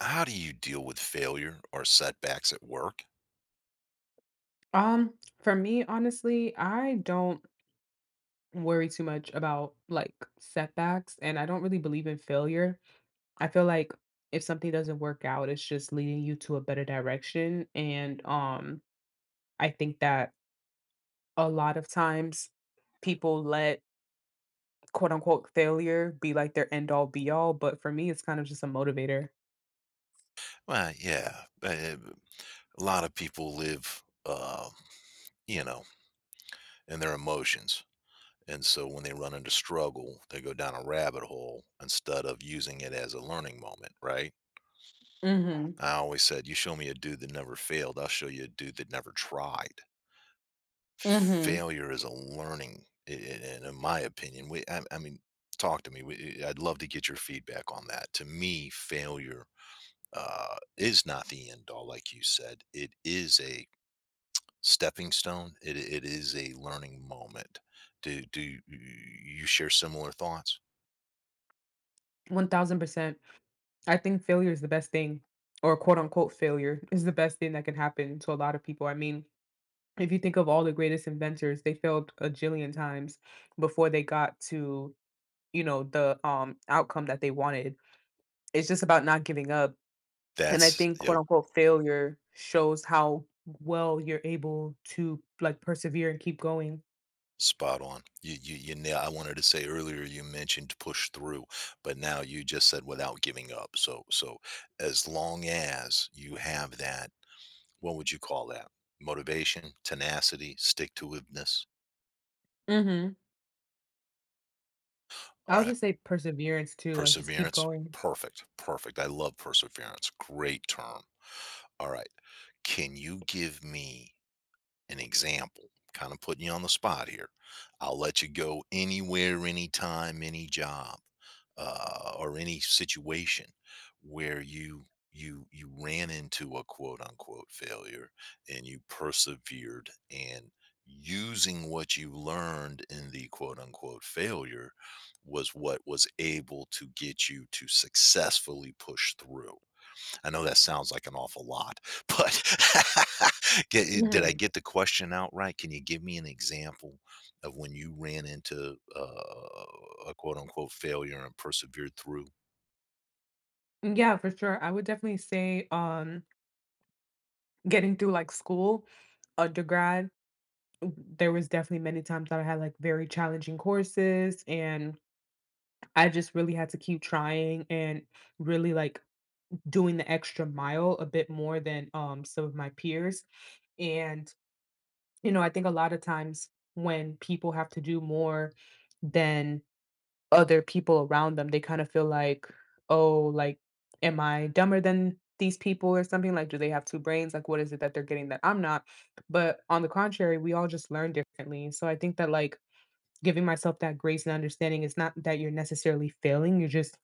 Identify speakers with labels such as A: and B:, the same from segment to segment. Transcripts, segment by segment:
A: How do you deal with failure or setbacks at work?
B: Um, for me, honestly, I don't worry too much about like setbacks, and I don't really believe in failure. I feel like if something doesn't work out, it's just leading you to a better direction. And I think that a lot of times people let quote unquote failure be like their end all be all, but for me, it's kind of just a motivator.
A: Well, yeah, a lot of people live, you know, in their emotions. And so when they run into struggle, they go down a rabbit hole instead of using it as a learning moment, right?
B: Mm-hmm.
A: I always said, you show me a dude that never failed, I'll show you a dude that never tried.
B: Mm-hmm.
A: Failure is a learning, and in my opinion, I mean, talk to me. I'd love to get your feedback on that. To me, failure is not the end all, like you said. It is a stepping stone. It is a learning moment. Do you share similar thoughts?
B: 1000%. I think failure is the best thing, or quote unquote failure is the best thing that can happen to a lot of people. I mean, if you think of all the greatest inventors, they failed a jillion times before they got to, the outcome that they wanted. It's just about not giving up. And I
A: That's
B: think quote
A: yep,
B: unquote failure shows how well you're able to like persevere and keep going.
A: spot on. You nail. I wanted to say earlier you mentioned push through, but now you just said without giving up. So as long as you have that, what would you call that? Motivation, tenacity, stick to itiveness.
B: Mm-hmm. I
A: All
B: would
A: right.
B: just say perseverance too, like just keep
A: Perseverance,
B: going.
A: perfect, perfect. I love perseverance. Great term. All right. Can you give me an example, kind of putting you on the spot here. I'll let you go anywhere, anytime, any job, or any situation where you ran into a quote unquote failure and you persevered and using what you learned in the quote unquote failure was what was able to get you to successfully push through. I know that sounds like an awful lot, but get, did I
B: Mhm.
A: get the question out right? Can you give me an example of when you ran into a quote unquote failure and persevered through?
B: Yeah, for sure. I would definitely say getting through like school, undergrad. There was definitely many times that I had, like, very challenging courses, and I just really had to keep trying and really, like, doing the extra mile a bit more than, some of my peers, and, you know, I think a lot of times when people have to do more than other people around them, they kinda feel like, "Oh, like, am I dumber than these people or something? Like, do they have 2 brains? Like, what is it that they're getting that I'm not?" But on the contrary, we all just learn differently, so I think that, like, giving myself that grace and understanding it's not that you're necessarily failing, you're just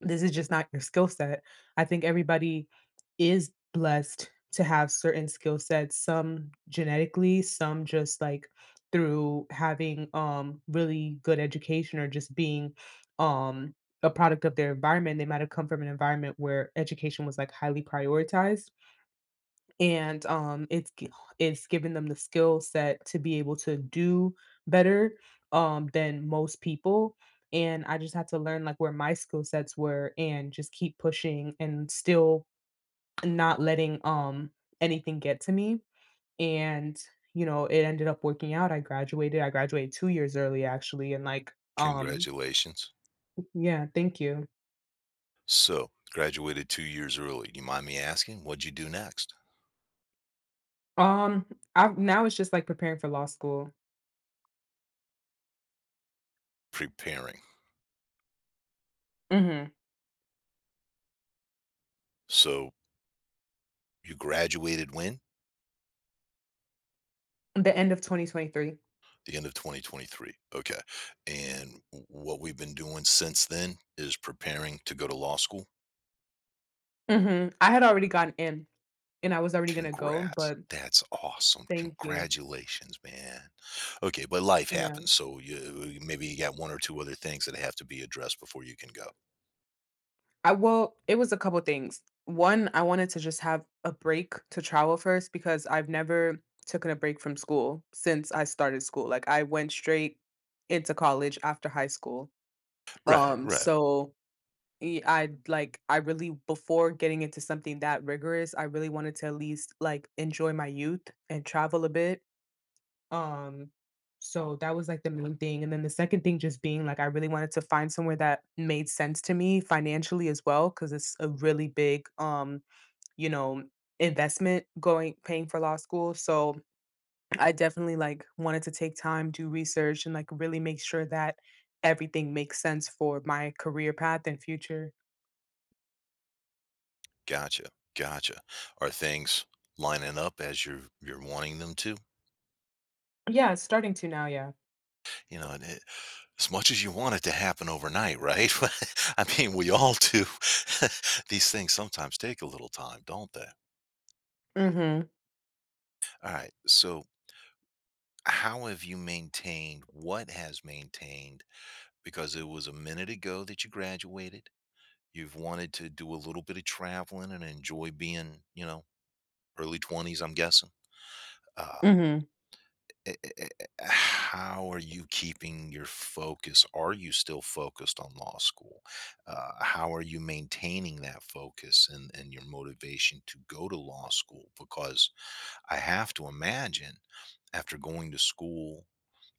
B: this is just not your skill set. I think everybody is blessed to have certain skill sets, some genetically, some just like through having really good education, or just being um a product of their environment. They might have come from an environment where education was like highly prioritized and, it's giving them the skill set to be able to do better, than most people, and I just had to learn, like, where my skill sets were and just keep pushing and still not letting, anything get to me, and, you know, it ended up working out. I graduated 2 years early, actually, and, like.
A: Congratulations.
B: Yeah, thank you.
A: So, graduated 2 years early. Do you mind me asking, what'd you do next?
B: Um, I now it's just, like, preparing for law school.
A: Preparing.
B: Mhm.
A: So, you graduated when?
B: The end of 2023.
A: The end of 2023. Okay. And what we've been doing since then is preparing to go to law school.
B: Mhm. I had already gotten in, and I was already gonna go,
A: Congrats.
B: but
A: That's awesome.
B: thank you.
A: Congratulations, man. Okay, but life
B: Yeah.
A: happens, so you maybe you got one or two other things that have to be addressed before you can go.
B: I Well, it was a couple things. One, I wanted to just have a break to travel first because I've never taken a break from school since I started school. Like I went straight into college after high school.
A: Right, right.
B: So I really before getting into something that rigorous, I really wanted to at least like enjoy my youth and travel a bit. Um, so that was like the main thing. And then the second thing just being like I really wanted to find somewhere that made sense to me financially as well, because it's a really big you know, investment going paying for law school. So I definitely like wanted to take time, do research, and like really make sure that everything makes sense for my career path and future.
A: Gotcha, gotcha. Are things lining up as you're wanting them to?
B: Yeah, it's starting to now, yeah.
A: You know, and it, as much as you want it to happen overnight, right? I mean, we all do. These things sometimes take a little time, don't they?
B: Mm-hmm.
A: All right. So, how have you maintained what has maintained because it was a minute ago that you graduated. You've wanted to do a little bit of traveling and enjoy being, you know, early 20s, I'm guessing. Uh,
B: Mm-hmm.
A: how are you keeping your focus? Are you still focused on law school? How are you maintaining that focus and your motivation to go to law school? Because I have to imagine after going to school,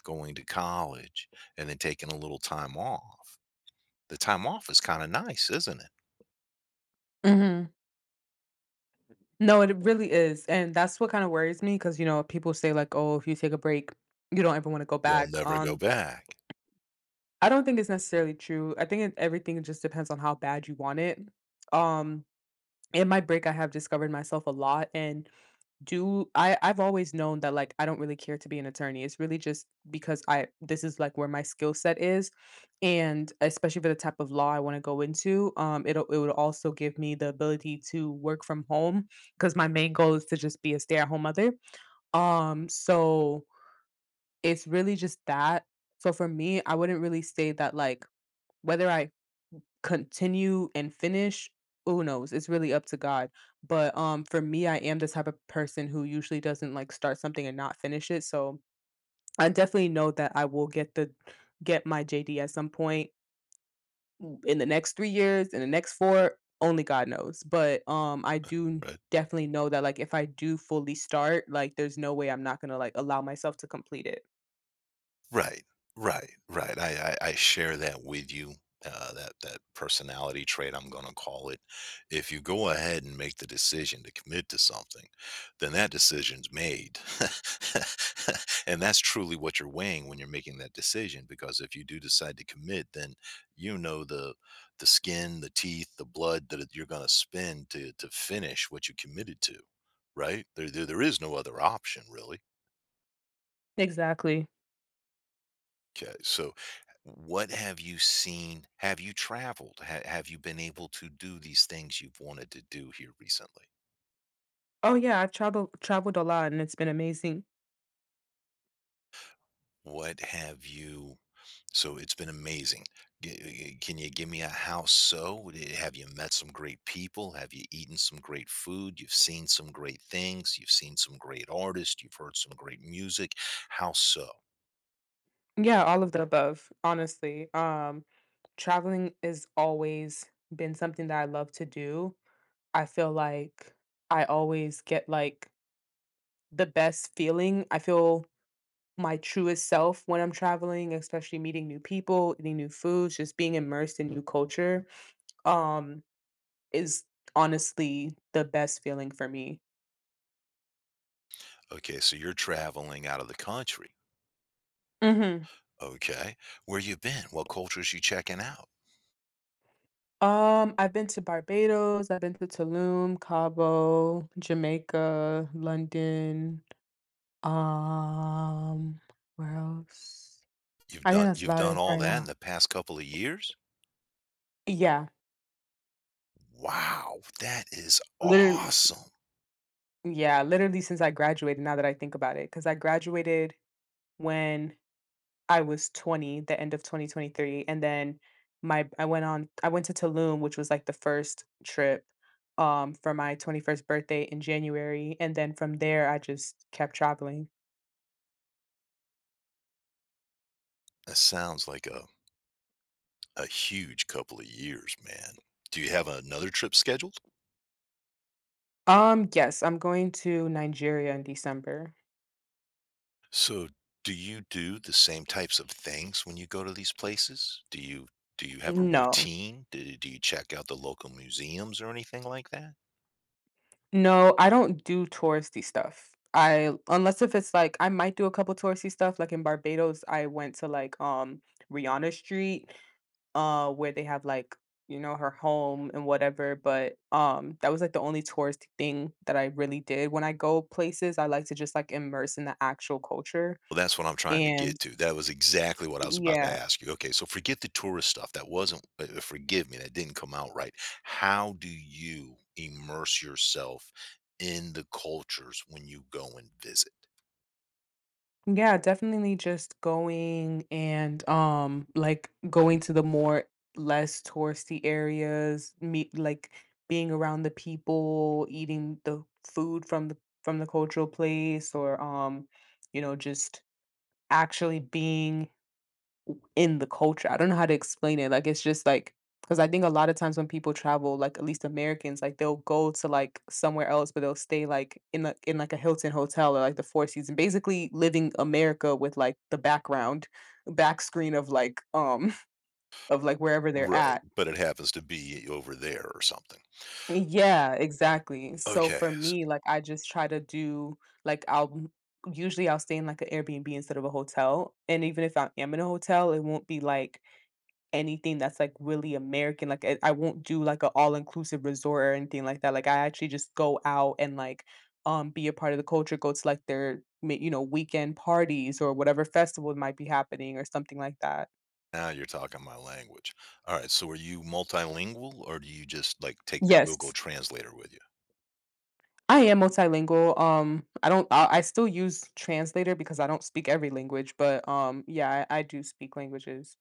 A: going to college, and then taking a little time off, the time off is kind of nice, isn't it?
B: Mm-hmm. No, it really is, and that's what kind of worries me. Because you know, people say like, "Oh, if you take a break, you don't ever wanna go
A: You'll
B: back."
A: never go back,
B: I don't think it's necessarily true. I think it everything just depends on how bad you want it. Um, in my break, I have discovered myself a lot, and do I I've always known that, like, I don't really care to be an attorney. It's really just because I this is, like, where my skill set is, and especially for the type of law I wanna go into, it would also give me the ability to work from home, because my main goal is to just be a stay-at-home mother. So it's really just that. So for me, I wouldn't really say that, like, whether I continue and finish, who knows? It's really up to God. But for me, I am the type of person who usually doesn't like start something and not finish it. So I definitely know that I will get the get my JD at some point in the next 3 years, in the next 4, only God knows. But I do
A: right?
B: definitely know that like if I do fully start, like there's no way I'm not going to like allow myself to complete it.
A: Right, right. I share that with you, that personality trait, I'm gonna call it. If you go ahead and make the decision to commit to something, then that decision's made. And that's truly what you're weighing when you're making that decision, because if you do decide to commit, then you know the skin, the teeth, the blood that you're gonna spend to finish what you committed to, right? There is no other option, really.
B: Exactly.
A: Okay, so what have you seen? Have you traveled? Have you been able to do these things you've wanted to do here recently?
B: Oh, yeah, I've traveled a lot, and it's been amazing.
A: What have you? So it's been amazing. G- Can you give me a how so? Have you met some great people? Have you eaten some great food? You've seen some great things. You've seen some great artists. You've heard some great music. How so?
B: Yeah, all of the above, honestly. Traveling has always been something that I love to do. I feel like I always get like the best feeling. I feel my truest self when I'm traveling, especially meeting new people, eating new foods, just being immersed in new culture. Um, Is honestly the best feeling for me.
A: Okay, so you're traveling out of the country.
B: Mhm.
A: Okay, where you been? What cultures you checking out?
B: I've been to Barbados, I've been to Tulum, Cabo, Jamaica, London, um, where else?
A: You've
B: I think
A: done
B: that's
A: you've
B: about
A: done
B: it for
A: all
B: right
A: that in
B: now.
A: the past couple of years?
B: Yeah,
A: Wow, that is
B: literally
A: awesome.
B: since I graduated, now that I think about it, because I graduated when I was 20, the end of 2023, and then my I went to Tulum, which was like the first trip for my 21st birthday in January, and then from there I just kept traveling.
A: That sounds like a huge couple of years, man. Do you have another trip scheduled?
B: Yes, I'm going to Nigeria in December.
A: So, do you do the same types of things when you go to these places? Do you do, you have a
B: No.
A: routine? Do, do you check out the local museums or anything like that?
B: No, I don't do touristy stuff. I unless if it's like I might do a couple touristy stuff, like in Barbados I went to like Rihanna Street where they have like you know her home and whatever, but that was like the only touristy thing that I really did. When I go places I like to just like immerse in the actual culture,
A: Well, that's what I'm trying to
B: and
A: get to. That was exactly what I was about to
B: yeah.
A: ask you. Okay, so forget the tourist stuff. That wasn't, forgive me, that didn't come out right. How do you immerse yourself in the cultures when you go and visit?
B: Yeah, definitely just going, and like going to the more less touristy areas, meet like being around the people, eating the food from the cultural place, or you know just actually being in the culture. I don't know how to explain it. Like it's just like because I think a lot of times when people travel, like at least Americans, like they'll go to like somewhere else, but they'll stay like in like a Hilton hotel or like the Four Seasons, basically living America with like the background, back screen of of like wherever they're
A: Right,
B: at.
A: but it happens to be over there or something.
B: Yeah, exactly. So
A: Okay,
B: for
A: s
B: me, like I just try to do like I'll usually I'll stay in like an Airbnb instead of a hotel, and even if I am in a hotel, it won't be like anything that's like really American. Like I won't do like an all inclusive resort or anything like that. Like I actually just go out and like be a part of the culture, go to like their you know weekend parties or whatever festival might be happening or something like that.
A: Now you're talking my language. Alright, so are you multilingual or do you just, like, take the Google
B: Yes.
A: Translator with you?
B: I am multilingual. I don't. I still use translator because I don't speak every language, but yeah, I do speak languages.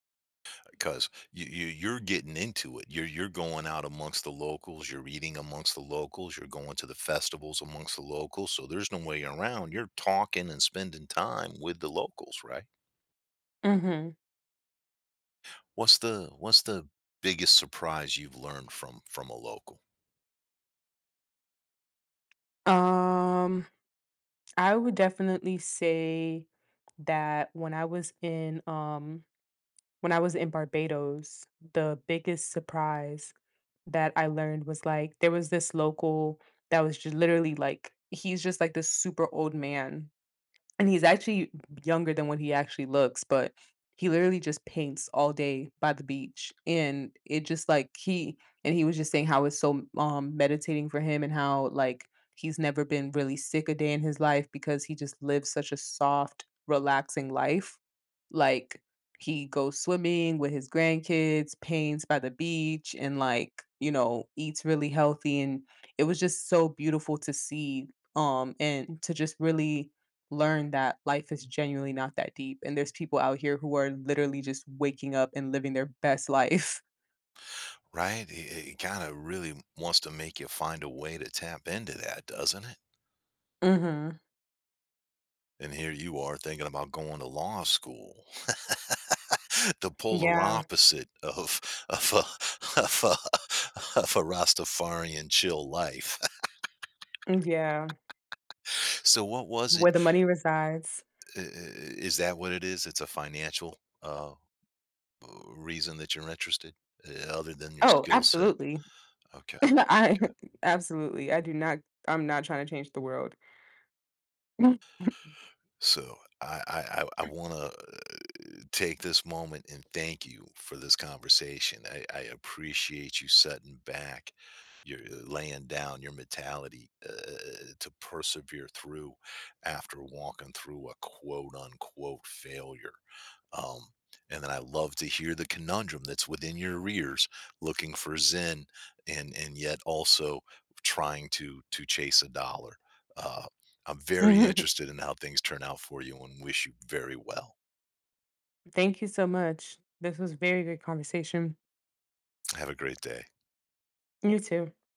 A: Because you, you're getting into it. You're going out amongst the locals. You're eating amongst the locals. You're going to the festivals amongst the locals. So there's no way around. You're talking and spending time with the locals, right?
B: Hmm.
A: What's the biggest surprise you've learned from a local?
B: Um, I would definitely say that when I was in Barbados, the biggest surprise that I learned was, like, there was this local that was just literally, like he's just, like, this super old man, and he's actually younger than what he actually looks, but he literally just paints all day by the beach, and it just, like, he and he was just saying how it's so, meditating for him, and how, like, he's never been really sick a day in his life because he just lives such a soft, relaxing life. Like, he goes swimming with his grandkids, paints by the beach, and, like, you know, eats really healthy, and it was just so beautiful to see, and to just really learn that life is genuinely not that deep. And there's people out here who are literally just waking up and living their best life.
A: Right? It kind of really wants to make you find a way to tap into that, doesn't it?
B: Mhm.
A: And here you are thinking about going to law school. The polar
B: Yeah.
A: opposite of of a Rastafarian chill life.
B: Yeah.
A: So what was
B: Where
A: it?
B: the money resides.
A: Is that what it is? It's a financial reason that you're interested, other than your
B: Oh,
A: skill set.
B: absolutely.
A: Okay,
B: I
A: okay.
B: absolutely. I'm not trying to change the world.
A: So I want to take this moment and thank you for this conversation. I appreciate you setting back, you're laying down your mentality to persevere through after walking through a quote unquote failure. Um, and then I love to hear the conundrum that's within your ears, looking for Zen, and yet also trying to chase a dollar. Uh, I'm very interested in how things turn out for you, and wish you very well.
B: Thank you so much. This was very good conversation.
A: Have a great day.
B: You too.